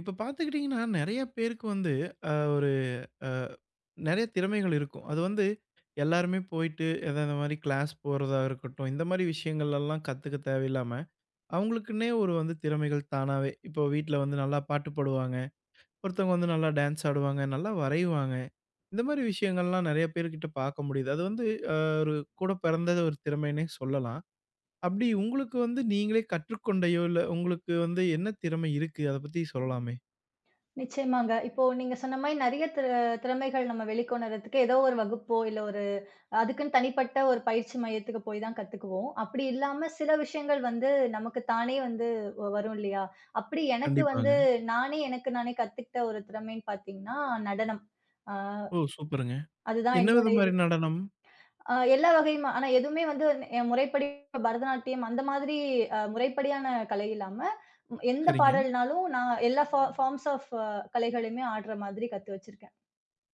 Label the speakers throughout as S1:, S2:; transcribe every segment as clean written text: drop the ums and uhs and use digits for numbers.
S1: இப்ப பார்த்துக்கிட்டீங்கன்னா, நெறைய பேருக்கு வந்து அ ஒரு அ நெறைய திறமைகள் இருக்கும். அது வந்து எல்லாருமே போயிட்டு எதா இந்த மாரி கிளாஸ் போறதா இருக்கட்டும், இந்த மாரி விஷயங்கள்லலாம் கத்துக்க தேவையில்லாம, அவங்களுக்குன்னே ஒரு வந்து திறமைகள் தானாவே, இப்போ வீட்ல நல்லா பாட்டு பாடுவாங்க, ஒருத்தவங்க நல்லா டான்ஸ் ஆடுவாங்க, நல்லா வரைவாங்க. இந்த மாரி விஷயங்கள்லாம் நெறைய பேர்கிட்ட பார்க்க முடியுது. அது வந்து அ ஒரு கூட பிறந்த ஒரு திறமைன்னே சொல்லலாம். அப்படி உங்களுக்கு நீங்களே கற்றுக்கொண்டையோ, இல்ல உங்களுக்கு என்ன திறமை இருக்கு? அத பத்தி சொல்லலாமே.
S2: நிச்சயமாங்க. இப்போ நீங்க சொன்ன மாரி நெறைய திறமைகள் நம்ம வெளிக்கொணர்றதுக்கு ஏதோ ஒரு வகுப்போ, இல்ல ஒரு அதுக்குன்னு தனிப்பட்ட ஒரு பயிற்சி மையத்துக்கு போய் தான் கத்துக்குவோம். அப்படி இல்லாம சில விஷயங்கள் நமக்கு தானே வரும் இல்லையா? அப்படி எனக்கு
S1: கண்டிப்பாங்க.
S2: நானே எனக்கு நானே கத்துக்கிட்ட ஒரு திறமைன்னு பார்த்தீங்கன்னா, நடனம். ஆ
S1: ஓ! சூப்பருங்க.
S2: அதுதான்
S1: என்ன வித
S2: என்னுடைய
S1: மாரி
S2: இது.
S1: நடனம்?
S2: எல்லா வகையுமா ஆனா எதுவுமே என் முறைப்படி பரதநாட்டியம் அந்த மாதிரி முறைப்படியான கலை இல்லாம, எந்த
S1: சரிங்க.
S2: பாடல்னாலும் நான் எல்லா ஃபார்ம்ஸ் ஆஃப் கலைகளையுமே ஆடுற மாதிரி கத்து வச்சிருக்கேன்.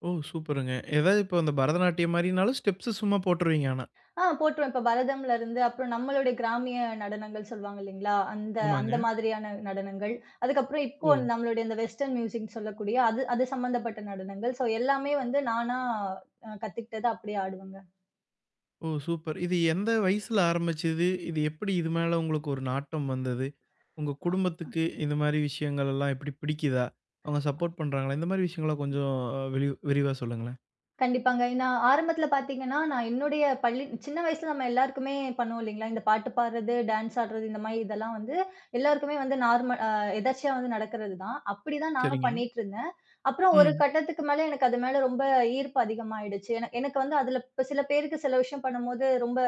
S1: ஓ! சூப்பருங்க. ஏதாவது இப்போ அந்த பரதநாட்டியம் மாரினாலும் ஸ்டெப்ஸு சும்மா போட்டுருவீங்க ஆனா.
S2: போட்டுருவேன். இப்ப பரதம்ல இருந்து, அப்புறம் நம்மளுடைய கிராமிய நடனங்கள் சொல்லுவாங்க இல்லைங்களா? அந்த
S1: ஆமாங்க.
S2: அந்த மாதிரியான நடனங்கள். அதுக்கப்புறம் இப்போ
S1: ஓ!
S2: நம்மளுடைய இந்த வெஸ்டர்ன் மியூசிக்ன்னு சொல்லக்கூடிய அது அது சம்மந்தப்பட்ட நடனங்கள். ஸோ எல்லாமே நானா கத்துக்கிட்டத அப்படியே ஆடுவேங்க.
S1: ஓ! சூப்பர். இது எந்த வயசுல ஆரம்பிச்சது? இது எப்படி இது மேல உங்களுக்கு ஒரு நாட்டம் வந்தது? உங்க குடும்பத்துக்கு இந்த மாரி விஷயங்கள் எல்லாம் எப்படி பிடிக்குதா? அவங்க சப்போர்ட் பண்றாங்களா? இந்த மாரி விஷயங்கள கொஞ்சம் விரிவா சொல்லுங்களேன்.
S2: கண்டிப்பாங்க. நான் ஆரம்பத்துல பார்த்தீங்கன்னா, நான் என்னுடைய பள்ளி சின்ன வயசுல நம்ம எல்லாருக்குமே பண்ணுவோம் இல்லைங்களா? இந்த பாட்டு பாடுறது, டான்ஸ் ஆடுறது இந்த மாரி இதெல்லாம் எல்லாருக்குமே நார்மல் எதர்ச்சியா நடக்கிறது தான். அப்படிதான் நானும்
S1: சரிங்க.
S2: பண்ணிட்டுருந்தேன். அப்புறம் ஒரு
S1: ம்.
S2: கட்டத்துக்கு மேல எனக்கு அது மேல ரொம்ப ஈர்ப்பு அதிகமாயிடுச்சு. எனக்கு அதுல இப்ப சில பேருக்கு சில விஷயம் பண்ணும்போது ரொம்ப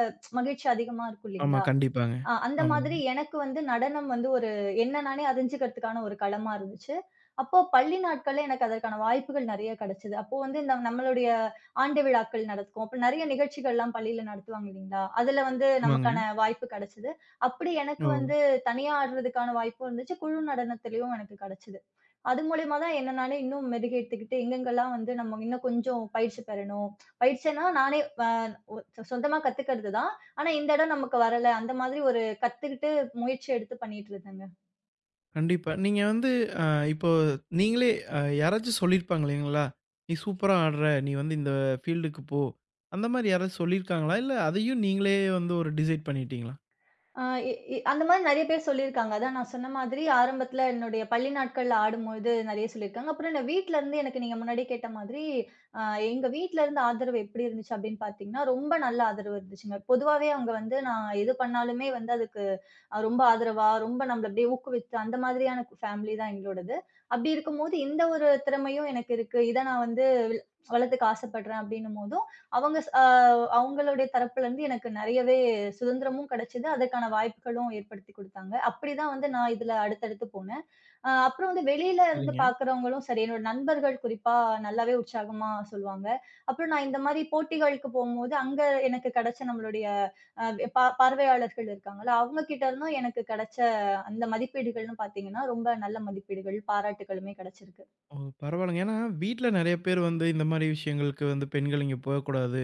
S2: மகிழ்ச்சி அதிகமா இருக்கும்
S1: ஆமா.
S2: இல்லைங்களா?
S1: கண்டிப்பாங்க.
S2: அந்த மாதிரி
S1: ஆமாங்க.
S2: எனக்கு நடனம் ஒரு என்ன நானே அறிஞ்சுக்கிறதுக்கான ஒரு களமா இருந்துச்சு. அப்போ பள்ளி நாட்கள்ல எனக்கு அதற்கான வாய்ப்புகள் நெறைய கிடைச்சது. அப்போ இந்த நம்மளுடைய ஆண்டு விழாக்கள் நடக்கும். அப்ப நெறைய நிகழ்ச்சிகள்லாம் பள்ளியில நடத்துவாங்க இல்லீங்களா? அதுல
S1: ஆமாங்க.
S2: நமக்கான வாய்ப்பு கிடைச்சது. அப்படி எனக்கு
S1: ஓ!
S2: தனியா ஆடுறதுக்கான வாய்ப்பும் இருந்துச்சு. குழு நடனத்திலயும் எனக்கு கிடைச்சது. அது மூலியமா தான் என்ன நானே இன்னும் மெருகேத்துக்கிட்டு, எங்கெங்கெல்லாம் நம்ம இன்னும் கொஞ்சம் பயிற்சி பெறணும். பயிற்சின்னா நானே அ சொந்தமா கத்துக்கிறது தான். ஆனா, இந்த இடம் நமக்கு வரல. அந்த மாதிரி ஒரு கத்துக்கிட்டு முயற்சி எடுத்து பண்ணிட்டு இருந்தேங்க.
S1: கண்டிப்பா. நீங்க வந்து அ இப்போ நீங்களே அ யாராச்சும் சொல்லியிருப்பாங்க இல்லைங்களா? "நீ சூப்பரா ஆடுற. நீ இந்த ஃபீல்டுக்கு போ." அந்த மாரி யாராச்சும் சொல்லியிருக்காங்களா? இல்ல அதையும் நீங்களே ஒரு டிசைட் பண்ணிட்டீங்களா?
S2: அ இ இ அந்த மாதிரி நெறைய பேர் சொல்லியிருக்காங்க. அதான் நான் சொன்ன மாதிரி ஆரம்பத்துல என்னுடைய பள்ளி நாட்கள்ல ஆடும்பொழுது நெறைய சொல்லியிருக்காங்க. அப்புறம் நான் வீட்ல இருந்து எனக்கு நீங்க முன்னாடியே கேட்ட மாதிரி, அ எங்க வீட்ல இருந்து ஆதரவு எப்படி இருந்துச்சு அப்படின்னு பார்த்தீங்கன்னா, ரொம்ப நல்ல ஆதரவு இருந்துச்சுங்க. பொதுவாவே அவங்க நான் எது பண்ணாலுமே அதுக்கு ரொம்ப ஆதரவா, ரொம்ப நம்மள அப்படியே ஊக்குவித்து அந்த மாதிரியான ஃபேமிலி தான் எங்களோடது. அப்படி இருக்கும்போது, இந்த ஒரு திறமையும் எனக்கு இருக்கு. இத நான் வில் வளர்த்துக்க ஆசைப்படுறேன் அப்படின்னும் போதும், அவங்க ஸ் அ அவங்களுடைய தரப்புலருந்து எனக்கு நெறையவே சுதந்திரமும் கிடைச்சது. அதற்கான வாய்ப்புகளும் ஏற்படுத்தி குடுத்தாங்க. அப்படிதான் நான் இதுல அடுத்தடுத்து போனேன். அப்புறம் வெளியில இருந்து
S1: சரிங்க.
S2: பார்க்கிறவங்களும் சரி, என்னோட நண்பர்கள் குறிப்பா நல்லாவே உற்சாகமா சொல்லுவாங்க. அப்புறம் நான் இந்த மாரி போட்டிகளுக்கு போம்போது, அங்க எனக்கு கிடைச்ச நம்மளுடைய அ பார்வையாளர்கள் இருக்காங்கல்ல, அவங்க கிட்ட இருந்தும் எனக்கு கிடைச்ச அந்த மதிப்பீடுகள்னு பார்த்தீங்கன்னா, ரொம்ப நல்ல மதிப்பீடுகள், பாராட்டுக்களுமே கிடைச்சிருக்கு.
S1: ஓ! பரவாயில்லங்க. ஏன்னா வீட்ல நெறைய பேர் இந்த மாரி விஷயங்களுக்கு பெண்கள் இங்க போகக்கூடாது.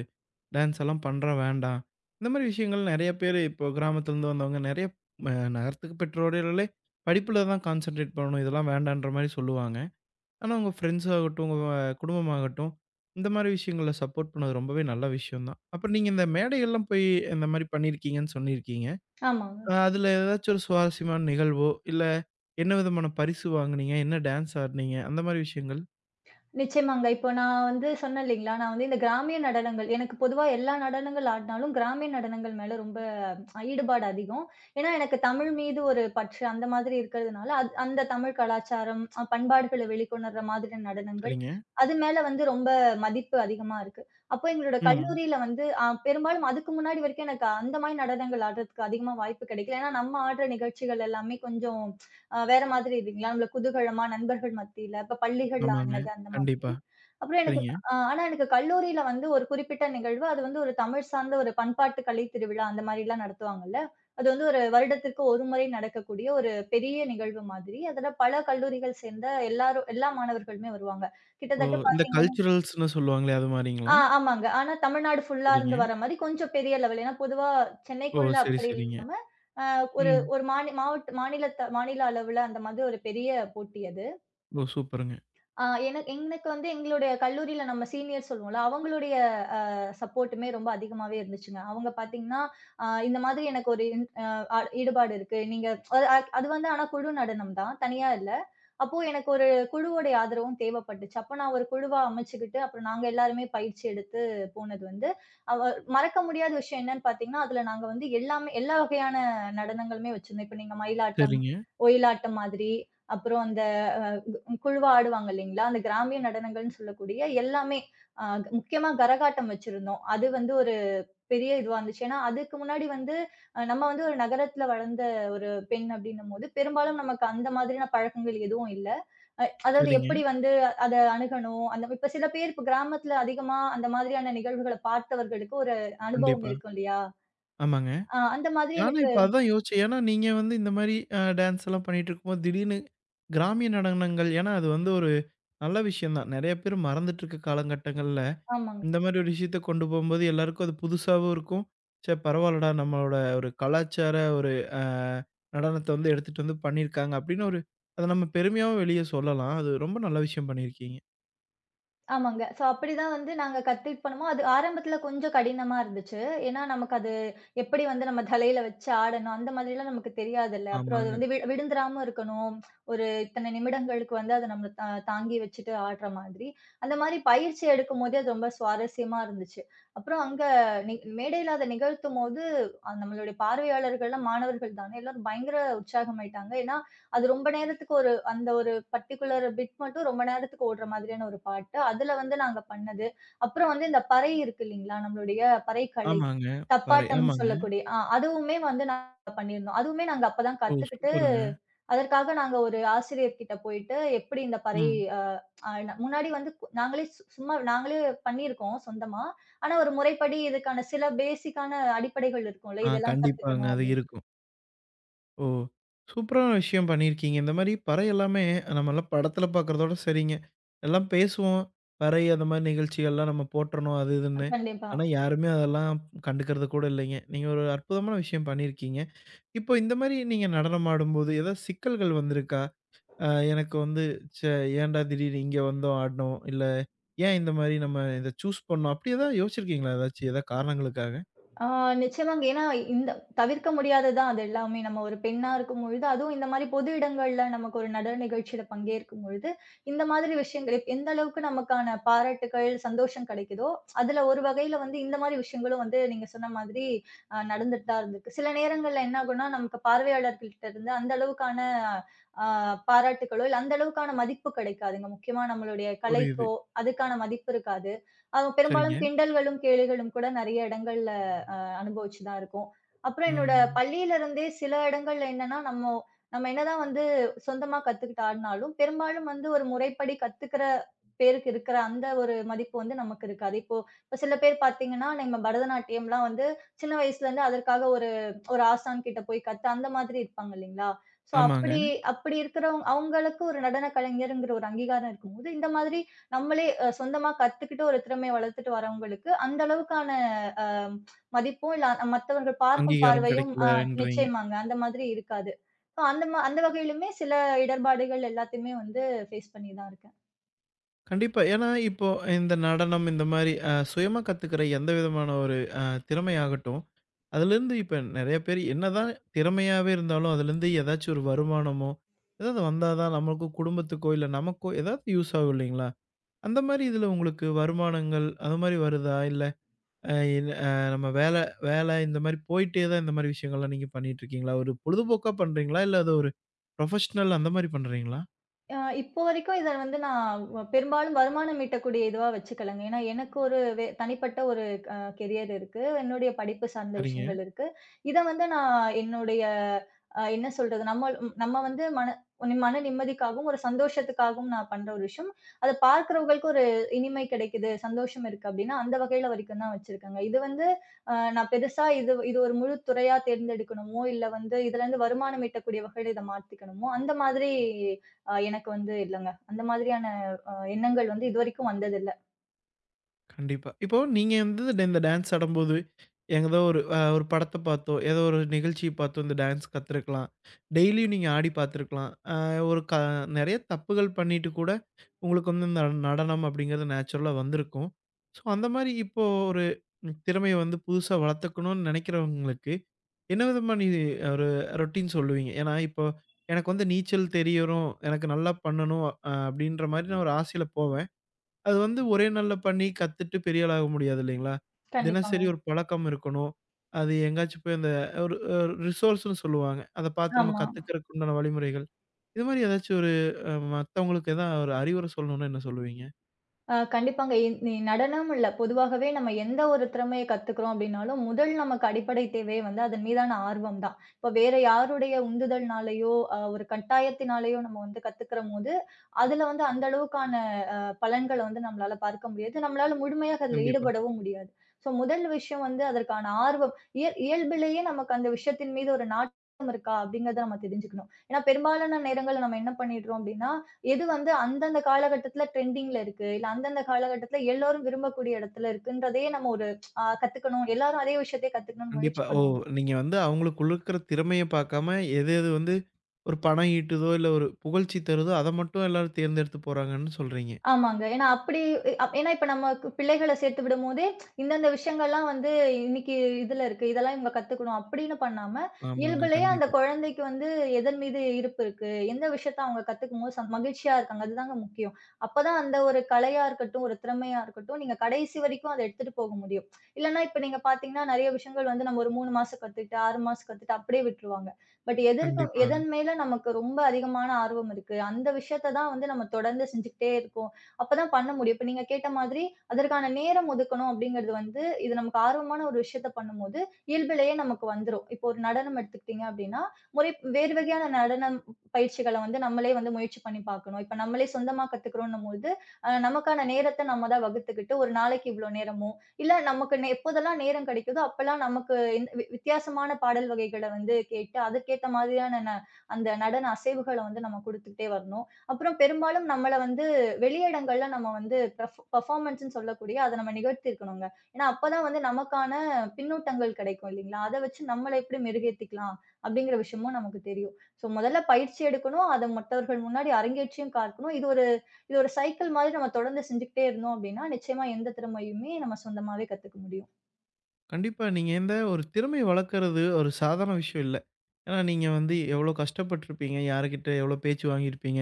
S1: டான்ஸ் எல்லாம் பண்ற வேண்டாம். இந்த மாரி விஷயங்கள் நெறைய பேரு இப்போ கிராமத்துலருந்து வந்தவங்க நெறைய ம நகரத்துக்கு பெற்றோர்களே படிப்புல தான் கான்சன்ட்ரேட் பண்ணணும். இதெல்லாம் வேண்டான்ற மாரி சொல்லுவாங்க. ஆனா, உங்க ஃப்ரெண்ட்ஸ் ஆகட்டும், உங்க குடும்பமாகட்டும், இந்த மாரி விஷயங்கள்ல சப்போர்ட் பண்ணது ரொம்பவே நல்ல விஷயம் தான். அப்புறம் நீங்க இந்த மேடைகள்லாம் போய் இந்த மாரி பண்ணியிருக்கீங்கன்னு சொல்லியிருக்கீங்க.
S2: ஆமாங்க.
S1: அதுல ஏதாச்சும் ஒரு சுவாரஸ்யமான நிகழ்வோ, இல்ல என்ன விதமான பரிசு வாங்குனீங்க? என்ன டான்ஸ் ஆடுனீங்க? அந்த மாரி விஷயங்கள்.
S2: நிச்சயமாங்க. இப்போ நான் சொன்னேன் இல்லைங்களா, நான் இந்த கிராமிய நடனங்கள் எனக்கு பொதுவா எல்லா நடனங்கள் ஆடுனாலும், கிராமிய நடனங்கள் மேல ரொம்ப ஈடுபாடு அதிகம். ஏன்னா, எனக்கு தமிழ் மீது ஒரு பற்று அந்த மாதிரி இருக்கிறதுனால, அது அந்த தமிழ் கலாச்சாரம், பண்பாடுகள வெளிக்கொணர்ற மாதிரியான நடனங்கள்,
S1: சரிங்க.
S2: அது மேல ரொம்ப மதிப்பு அதிகமா இருக்கு. அப்போ எங்களோட
S1: ம்.
S2: கல்லூரியில பெரும்பாலும் அதுக்கு முன்னாடி வரைக்கும் எனக்கு அந்த மாரி நடனங்கள் ஆடுறதுக்கு அதிகமா வாய்ப்பு கிடைக்கல. ஏன்னா, நம்ம ஆடுற நிகழ்ச்சிகள் எல்லாமே கொஞ்சம் வேற மாதிரி இல்லைங்களா? நம்மள குதூகலமா நண்பர்கள் மத்தியில, இப்ப பள்ளிகள்ல
S1: ஆமாங்க.
S2: ஆனது அந்த மாதிரி.
S1: கண்டிப்பா.
S2: அப்புறம் எனக்கு
S1: சரிங்க.
S2: ஆனா எனக்கு கல்லூரியில ஒரு குறிப்பிட்ட நிகழ்வு, அது ஒரு தமிழ் சார்ந்த ஒரு பண்பாட்டு கலை திருவிழா அந்த மாதிரிலாம் நடத்துவாங்கல்ல. அது ஒரு வருடத்திற்கு ஒரு முறை நடக்கக்கூடிய ஒரு பெரிய நிகழ்வு மாதிரி. அதுல பல கல்லூரிகள் சேர்ந்த எல்லாரும் எல்லா மாணவர்களுமே வருவாங்க.
S1: ஓ!
S2: கிட்டத்தட்ட
S1: இந்த
S2: பாத்தீங்கன்னா
S1: கல்ச்சுரல்ஸ்ன்னு சொல்லுவாங்களே, அது மாரிங்களா?
S2: ஆமாங்க. ஆனா தமிழ்நாடு ஃபுல்லா இருந்து
S1: சரிங்க.
S2: வர மாரி கொஞ்சம் பெரிய லெவல். ஏன்னா பொதுவா
S1: ஓ!
S2: சென்னைக்குள்ள
S1: சரி,
S2: அப்படி
S1: சரிங்க.
S2: இல்லாம, அ ஒரு
S1: ம்.
S2: ஒரு மாவட்ட மாநிலத்த மாநில அளவுல அந்த மாதிரி ஒரு பெரிய போட்டி அது.
S1: ஓ! சூப்பருங்க.
S2: எனக்கு எங்களுடைய கல்லூரியில நம்ம சீனியர் சொல்லுவோம்ல, அவங்களுடைய அ சப்போர்ட்டுமே ரொம்ப அதிகமாவே இருந்துச்சுங்க. அவங்க பார்த்தீங்கன்னா, இந்த மாதிரி எனக்கு ஒரு இன் அ அ ஈடுபாடு இருக்கு. நீங்க அது ஆனா குழு நடனம் தான். தனியா இல்ல. அப்போ எனக்கு ஒரு குழுவோடைய ஆதரவும் தேவைப்பட்டுச்சு. அப்ப நான் ஒரு குழுவா அமைச்சுக்கிட்டு, அப்புறம் நாங்க எல்லாருமே பயிற்சி எடுத்து போனது, அவ மறக்க முடியாத விஷயம் என்னன்னு பார்த்தீங்கன்னா, அதுல நாங்க எல்லாமே எல்லா வகையான நடனங்களுமே வச்சிருந்தோம். இப்ப நீங்க மயிலாட்டம்,
S1: சரிங்க,
S2: ஒயிலாட்டம் மாதிரி, அப்புறம் அந்த குழுவா ஆடுவாங்க இல்லைங்களா? அந்த கிராமிய நடனங்கள்ன்னு சொல்லக்கூடிய எல்லாமே. அ முக்கியமா கரகாட்டம் வச்சிருந்தோம். அது ஒரு பெரிய இதுவா இருந்துச்சு. ஏன்னா, அதுக்கு முன்னாடி நம்ம ஒரு நகரத்துல வளர்ந்த ஒரு பெண் அப்படின்னும்போது, பெரும்பாலும் நமக்கு அந்த மாதிரியான பழக்கங்கள் எதுவும் இல்ல. அதாவது
S1: சரிங்க.
S2: எப்படி அத அணுகணும், அந்த இப்ப சில பேர் இப்ப கிராமத்துல அதிகமா அந்த மாதிரியான நிகழ்வுகள பார்த்தவர்களுக்கு ஒரு அனுபவம்
S1: கண்டிப்பா.
S2: இருக்கும் இல்லையா?
S1: ஆமாங்க.
S2: அந்த மாதிரி
S1: நானும்
S2: எனக்கு
S1: இப்ப அதான் யோசிச்சேன். ஏன்னா, நீங்க இந்த மாரி டான்ஸ் எல்லாம் பண்ணிட்டு இருக்கும்போது, திடீர்னு கிராமிய நடனங்கள் ஏன்னா, அது வந்து ஒரு நல்ல விஷயம் தான். நெறைய பேர் மறந்துட்டு இருக்க காலகட்டங்கள்ல,
S2: ஆமாங்க.
S1: இந்த மாரி ஒரு விஷயத்த கொண்டு போம்போது எல்லாருக்கும் அது புதுசாவும் இருக்கும். சே பரவால்லடா நம்மளோட ஒரு கலாச்சார ஒரு அ நடனத்த எடுத்துட்டு பண்ணியிருக்காங்க அப்படின்னு அத நம்ம பெருமையாவும் வெளிய சொல்லலாம். அது ரொம்ப நல்ல விஷயம் பண்ணியிருக்கீங்க.
S2: ஆமாங்க. சோ அப்படிதான் நாங்க கத்துக்கிட்டு போனோமோ, அது ஆரம்பத்துல கொஞ்சம் கடினமா இருந்துச்சு. ஏன்னா, நமக்கு அது எப்படி நம்ம தலையில வச்சு ஆடணும், அந்த மாதிரிலாம் நமக்கு தெரியாதுல்ல. அப்புறம் அது
S1: ஆமாங்க,
S2: விழுந்துராம இருக்கணும். ஒரு இத்தனை நிமிடங்களுக்கு அத நம்ம தாங்கி வச்சுட்டு ஆடுற மாதிரி. அந்த மாரி பயிற்சி எடுக்கும்போதே அது ரொம்ப சுவாரஸ்யமா இருந்துச்சு. அப்புறம் அங்க நி மேடையில அத நிகழ்த்தும்போது, நம்மளுடைய பார்வையாளர்கள்லாம் மாணவர்கள் தானே, எல்லாரும் பயங்கர உற்சாகமாயிட்டாங்க. ஏன்னா, அது ரொம்ப நேரத்துக்கு ஒரு அந்த ஒரு பர்ட்டிகுலர் பிட் மட்டும் ரொம்ப நேரத்துக்கு ஓடுற மாதிரியான ஒரு பாட்டு. அதுல நாங்க பண்ணது. அப்புறம் இந்த பறை இருக்கு இல்லீங்களா? நம்மளுடைய பறைக்கலை.
S1: ஆமாங்க. பறை
S2: தப்பாட்டம்ன்னு
S1: ஆமாங்க.
S2: சொல்லக்கூடிய அதுவுமே நாங்க பண்ணியிருந்தோம். அதுவுமே நாங்க அப்பதான்
S1: ஓ!
S2: கத்துக்கிட்டு,
S1: சூப்பருங்க.
S2: அதற்காக நாங்க ஒரு ஆசிரியர்கிட்ட போயிட்டு, எப்படி இந்த பறை
S1: ம்.
S2: அ அ முன்னாடி நாங்களே சும்மா நாங்களே பண்ணியிருக்கோம் சொந்தமா. ஆனா ஒரு முறைப்படி இதுக்கான சில பேசிக்கான அடிப்படைகள் இருக்கும்ல,
S1: ஆ
S2: இதெல்லாம்
S1: கண்டிப்பாங்க.
S2: கத்துக்கணும்
S1: அது
S2: அப்படின்னு.
S1: இருக்கும். ஓ! சூப்பரான விஷயம் பண்ணியிருக்கீங்க. இந்த மாரி பறை எல்லாமே நம்மலாம் படத்துல பார்க்குறதோட சரிங்க. எல்லாம் பேசுவோம். பறை அந்த மாரி நிகழ்ச்சிகள்லாம் நம்ம போற்றணும் அது இதுன்னு.
S2: கண்டிப்பா.
S1: ஆனா யாருமே அதெல்லாம் கண்டுக்கிறது கூட இல்லைங்க. நீங்க ஒரு அற்புதமான விஷயம் பண்ணியிருக்கீங்க. இப்போ இந்த மாரி நீங்க நடனம் ஆடும்போது ஏதாவது சிக்கல்கள் வந்திருக்கா? அ எனக்கு வந்து ச்சே ஏன்டா திடீர்னு இங்க வந்தோம் ஆடினோம். இல்ல ஏன் இந்த மாரி நம்ம இத சூஸ் பண்ணோம். அப்படி ஏதாவது யோசிச்சிருக்கீங்களா? ஏதாச்சும் ஏதாவது காரணங்களுக்காக?
S2: ஆ நிச்சயமாங்க. ஏன்னா, இந்த தவிர்க்க முடியாதது தான் அது எல்லாமே. நம்ம ஒரு பெண்ணா இருக்கும்பொழுது, அதுவும் இந்த மாரி பொது இடங்கள்ல நமக்கு ஒரு நடன நிகழ்ச்சியில பங்கேற்கும் பொழுது, இந்த மாதிரி விஷயங்கள் எந்த அளவுக்கு நமக்கான பாராட்டுக்கள், சந்தோஷம் கிடைக்குதோ, அதுல ஒரு வகையில இந்த மாரி விஷயங்களும் நீங்க சொன்ன மாதிரி நடந்துட்டு தான் இருந்திருக்கு. சில நேரங்கள்ல என்ன ஆகும்னா, நமக்கு பார்வையாளர்கள்ட்ட இருந்து அந்த அளவுக்கான அ பாராட்டுக்களோ, இல்ல அந்த அளவுக்கான மதிப்பு கிடைக்காதுங்க. முக்கியமா நம்மளுடைய
S1: புரியுது.
S2: கலைக்கோ, அதுக்கான மதிப்பு இருக்காது. பெரும்பாலும்
S1: சரிங்க.
S2: கிண்டல்களும், கேலிகளும் கூட நெறைய இடங்கள்ல அனுபவிச்சு தான் இருக்கோம். அப்புறம் என்னோட
S1: ம்.
S2: பள்ளியில இருந்தே சில இடங்கள்ல என்னன்னா, நம்ம என்னதான் சொந்தமா கத்துக்கிட்டு ஆடுனாலும், பெரும்பாலும் ஒரு முறைப்படி கத்துக்கிற பேருக்கு இருக்கிற அந்த ஒரு மதிப்பு நமக்கு இருக்காது. இப்போ இப்ப சில பேர் பார்த்தீங்கன்னா, நம்ம பரதநாட்டியம்லாம் சின்ன வயசுலேருந்து அதற்காக ஒரு ஒரு ஆசான் கிட்ட போய் கத்து அந்த மாதிரி இருப்பாங்க இல்லைங்களா? ஸோ
S1: ஆமாங்க.
S2: அப்படி அப்படி அவங்களுக்கு ஒரு நடன கலைஞருங்கிற ஒரு அங்கீகாரம் இருக்கும்போது, இந்த மாதிரி நம்மளே சொந்தமா கத்துக்கிட்டு ஒரு திறமைய வளர்த்துட்டு வரவங்களுக்கு அந்த அளவுக்கான அ மதிப்போம் இல்ல மத்தவர்கள் பார்க்கும்
S1: அங்கீகாரம்
S2: பார்வையும்
S1: கிடைக்கலன்றீங்க.
S2: நிச்சயமாங்க. அந்த மாதிரி இருக்காது. சோ அந்த வகையிலுமே சில இடர்பாடுகள் எல்லாத்தையுமே ஃபேஸ் பண்ணி தான் இருக்கேன்.
S1: கண்டிப்பா. ஏன்னா, இப்போ இந்த நடனம் இந்த மாரி சுயமா கத்துக்கிற எந்த விதமான ஒரு அ திறமையாகட்டும், அதுலேருந்து இப்ப நெறைய பேர் என்னதான் திறமையாவே இருந்தாலும், அதுலேருந்து ஏதாச்சும் ஒரு வருமானமோ, ஏதாவது வந்தா தான் நமக்கோ, குடும்பத்துக்கோ, இல்ல நமக்கோ ஏதாவது யூஸ் ஆகும் இல்லைங்களா? அந்த மாரி இதில உங்களுக்கு வருமானங்கள் அது மாரி வருதா? இல்ல அ இல் அ நம்ம வேல வேல இந்த மாரி போயிட்டே தான் இந்த மாரி விஷயங்கள்லாம் நீங்க பண்ணிட்டுருக்கீங்களா? ஒரு பொழுதுபோக்கா பண்றீங்களா? இல்ல அது ஒரு ப்ரொஃபஷனல் அந்த மாரி பண்றீங்களா?
S2: இப்போ வரைக்கும் இத நான் பெரும்பாலும் வருமானம் ஈட்டக்கூடிய இதுவா வச்சுக்கலங்க. ஏன்னா, எனக்கு ஒரு தனிப்பட்ட ஒரு கெரியர் இருக்கு. என்னுடைய படிப்பு சார்ந்த
S1: சரிங்க.
S2: விஷயங்கள் இருக்கு. இத நான் என்னுடைய என்ன சொல்றது? நம்ம நம்ம ஒரு மன நிம்மதிக்காகவும், ஒரு சந்தோஷத்துக்காகவும் நான் பண்ற ஒரு விஷயம். அத பார்க்கிறவங்களுக்கு ஒரு இனிமை கிடைக்குது, சந்தோஷம் இருக்கு அப்டின்னா, அந்த வகையில வரைக்கும் தான் வச்சிருக்கேங்க. இது நான் பெருசா இது இது ஒரு முழு துறையா தேர்ந்தெடுக்கணுமோ, இல்ல இதுலருந்து வருமானம் ஈட்டக்கூடிய வகையில இத மாத்திக்கணுமோ, அந்த மாதிரி எனக்கு இல்லங்க. அந்த மாதிரியான எண்ணங்கள் இதுவரைக்கும் வந்ததில்ல.
S1: கண்டிப்பா. இப்போ நீங்க இந்த டான்ஸ் ஆடும்போது, ஏதோ ஒரு படத்த பார்த்தோ, ஏதோ ஒரு நிகழ்ச்சிய பார்த்தோ இந்த டான்ஸ் கத்துருக்கலாம். டெய்லியும் நீங்க ஆடி பார்த்துருக்கலாம். அ ஒரு க நெறைய தப்புகள் பண்ணிட்டு கூட, உங்களுக்கு இந்த நடனம் அப்படிங்கிறது நேச்சுரலா வந்திருக்கும். ஸோ, அந்த மாரி இப்போ ஒரு திறமைய புதுசா வளர்த்துக்கணும்னு நெனைக்கிறவங்களுக்கு, என்ன விதமான இது ஒரு ரொட்டீன் சொல்லுவீங்க? ஏன்னா, இப்போ எனக்கு நீச்சல் தெரியணும், எனக்கு நல்லா பண்ணணும் அப்படின்ற மாரி நான் ஒரு ஆசையில போவேன். அது வந்து ஒரே நாள்ல பண்ணி கத்துட்டு பெரிய ஆள் ஆக முடியாது இல்லைங்களா? தினசரி
S2: கண்டிப்பாங்க.
S1: ஒரு பழக்கம் இருக்கணும். அது எங்கேயாச்சும் போய் அந்த ஒரு அ ரிசோர்ஸ்ன்னு சொல்லுவாங்க. அத பார்த்து நம்ம
S2: ஆமா.
S1: கத்துக்கிறதுக்கு உண்டான வழிமுறைகள். இது மாரி ஏதாச்சும் ஒரு அ மத்தவங்களுக்கு எதா ஒரு அறிவுரை சொல்லணும்னா என்ன சொல்லுவீங்க?
S2: கண்டிப்பாங்க. என் நி நடனம் இல்ல. பொதுவாகவே நம்ம எந்த ஒரு திறமைய கத்துக்கிறோம் அப்படின்னாலும், முதல் நமக்கு அடிப்படை தேவையே அதன் மீதான ஆர்வம் தான். இப்ப வேற யாருடைய உந்துதல்னாலயோ, ஒரு கட்டாயத்தினாலயோ நம்ம கத்துக்கிறபோது, அதுல அந்த அளவுக்கான பலன்கள நம்மளால பார்க்க முடியாது. நம்மளால முழுமையாக அதுல
S1: கண்டிப்பா.
S2: ஈடுபடவும் முடியாது. ஸோ முதல் விஷயம் அதற்கான ஆர்வம். இயல்பிலேயே நமக்கு அந்த விஷயத்தின் மீது ஒரு நாட்டம் இருக்கா? அப்படிங்கிறத நம்ம தெரிஞ்சுக்கணும். ஏன்னா பெரும்பாலான நேரங்கள்ல நம்ம என்ன பண்ணிடுறோம் அப்படின்னா, எது அந்தந்த காலகட்டத்துல ட்ரெண்டிங்ல இருக்கு, இல்ல அந்தந்த காலகட்டத்துல எல்லோரும் விரும்பக்கூடிய இடத்துல இருக்குன்றதையே நம்ம ஒரு கத்துக்கணும். எல்லாரும் அதே விஷயத்தையே கத்துக்கணும்னு
S1: கண்டிப்பா.
S2: முயற்சி
S1: ஓ!
S2: பண்ணுவோம்.
S1: நீங்க அவங்களுக்குள்ள இருக்கிற திறமைய பார்க்காம, எது எது ஒரு பணம் ஈட்டுதோ, இல்ல ஒரு புகழ்ச்சி தருதோ, அத மட்டும் எல்லாரும் தேர்ந்தெடுத்து போறாங்கன்னு சொல்றீங்க.
S2: ஆமாங்க. ஏன்னா அப்படி அ ஏன்னா இப்ப நமக்கு பிள்ளைகள சேர்த்து விடும்போதே, இந்தந்த விஷயங்கள்லாம் இன்னைக்கு இதுல இருக்கு. இதெல்லாம் இவங்க கத்துக்கணும் அப்படின்னு பண்ணாம,
S1: ஆமாங்க.
S2: இயல்புலயே அந்த
S1: கண்டிப்பா,
S2: குழந்தைக்கு எதன் மீது ஈர்ப்பு இருக்கு? எந்த விஷயத்த அவங்க கத்துக்கும்போது மகிழ்ச்சியா இருக்காங்க. அதுதாங்க முக்கியம். அப்பதான் அந்த ஒரு கலையா இருக்கட்டும், ஒரு திறமையா இருக்கட்டும், நீங்க கடைசி வரைக்கும் அத எடுத்துட்டு போக முடியும். இல்லன்னா இப்ப நீங்க பார்த்தீங்கன்னா, நெறைய விஷயங்கள் நம்ம ஒரு 3 மாசம் கத்துக்கிட்டு, 6 மாசம் கத்துட்டு அப்படியே விட்டுருவாங்க. பட் எதற்கும்
S1: கண்டிப்பாங்க.
S2: எதன் மேல நமக்கு ரொம்ப அதிகமான ஆர்வம் இருக்கு. அந்த விஷயத்த தான் நம்ம தொடர்ந்து செஞ்சுக்கிட்டே இருக்கோம். அப்பதான் பண்ண முடியும். இப்ப நீங்க கேட்ட மாதிரி, அதற்கான நேரம் ஒதுக்கணும் அப்படிங்கிறது, இது நமக்கு ஆர்வமான ஒரு விஷயத்த பண்ணும்போது, இயல்பிலேயே நமக்கு வந்துரும். இப்போ ஒரு நடனம் எடுத்துக்கிட்டீங்க அப்படின்னா, முறை வேறு வகையான நடனம் பயிற்சிகள நம்மளே முயற்சி பண்ணி பார்க்கணும். இப்ப நம்மளே சொந்தமா கத்துக்கிறோன்னும்போது, நமக்கான நேரத்த நம்ம தான் வகுத்துக்கிட்டு, ஒரு நாளைக்கு இவ்ளோ நேரமோ, இல்ல நமக்கு எப்போதெல்லாம் நேரம் கிடைக்குதோ, அப்பல்லாம் நமக்கு எந்த வித்தியாசமான பாடல் வகைகள கேட்டு, அதற்கேத்த மாதிரியான அந்த நடன அசைவுகள நம்ம குடுத்துக்கிட்டே வரணும். அப்புறம் பெரும்பாலும் நம்மள வெளியிடங்கள்ல நம்ம பெர்ஃபார்மன்ஸ்ன்னு சொல்லக்கூடிய அத நம்ம நிகழ்த்தியிருக்கணுங்க. ஏன்னா, அப்பதான் நமக்கான பின்னூட்டங்கள் கிடைக்கும் இல்லீங்களா? அத வச்சு நம்மள எப்படி மெருகேத்திக்கலாம் அப்படிங்கிற விஷயமும் நமக்கு தெரியும். ஸோ முதல்ல பயிற்சி எடுக்கணும். அத மற்றவர்கள் முன்னாடி அரங்கேற்றியும் காட்டணும். இது ஒரு சைக்கிள் மாதிரி நம்ம தொடர்ந்து செஞ்சுக்கிட்டே இருந்தோம் அப்படின்னா, நிச்சயமா எந்த திறமையுமே நம்ம சொந்தமாவே கத்துக்க முடியும்.
S1: கண்டிப்பா. நீங்க இந்த ஒரு திறமைய வளர்க்கறது ஒரு சாதாரண விஷயம் இல்ல. ஏன்னா, நீங்க எவ்வளோ கஷ்டப்பட்டுருப்பீங்க, யாருகிட்ட எவ்வளோ பேச்சு வாங்கியிருப்பீங்க.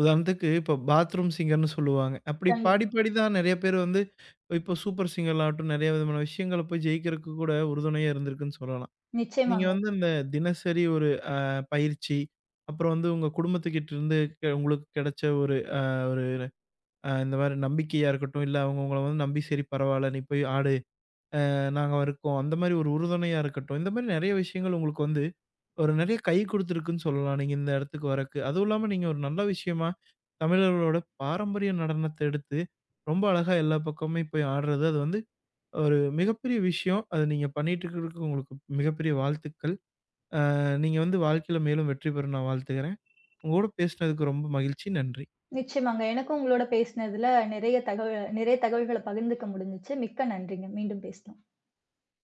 S1: உதாரணத்துக்கு இப்போ பாத்ரூம் சிங்கர்ன்னு சொல்லுவாங்க. அப்படி பாடி
S2: கண்டிப்பா.
S1: பாடி தான் நெறைய பேர் இப்போ சூப்பர் சிங்கர்லாகட்டும், நெறைய விதமான விஷயங்கள போய் ஜெயிக்கிறதுக்கு கூட உறுதுணையா இருந்திருக்குன்னு சொல்லலாம். நீங்க
S2: நிச்சயமாங்க.
S1: இந்த தினசரி ஒரு அ பயிற்சி, அப்புறம் உங்க குடும்பத்துக்கிட்டருந்து உங்களுக்கு கெடைச்ச ஒரு அ ஒரு அ இந்த மாரி நம்பிக்கையா இருக்கட்டும், இல்ல அவங்க உங்கள நம்பி சரி பரவால்ல, நீ போய் ஆடு நாங்க இருக்கோம். அந்த மாரி ஒரு உறுதுணையா இருக்கட்டும். இந்த மாரி நெறைய விஷயங்கள் உங்களுக்கு வந்து ஒரு நெறைய கை குடுத்துருக்குன்னு சொல்லலாம். நீங்க இந்த இடத்துக்கு வரக்கு. அதுவும் இல்லாம நீங்க ஒரு நல்ல விஷயமா தமிழர்களோட பாரம்பரிய நடனத்த எடுத்து ரொம்ப அழகா எல்லா பக்கமுமே போய் ஆடுறது, அது வந்து ஒரு மிகப்பெரிய விஷயம். அத நீங்க பண்ணிட்டு இருக்கிறதுக்கு உங்களுக்கு மிகப்பெரிய வாழ்த்துக்கள். நீங்க வாழ்க்கையில மேலும் வெற்றி பெற நான் வாழ்த்துகிறேன். உங்க கூட பேசினதுக்கு ரொம்ப மகிழ்ச்சி. நன்றி.
S2: நிச்சயமாங்க. எனக்கும் உங்களோட பேசினதுல நிறைய தகவல்கள பகிர்ந்துக்க முடிஞ்சுச்சு. மிக்க நன்றிங்க. மீண்டும் பேசலாம்.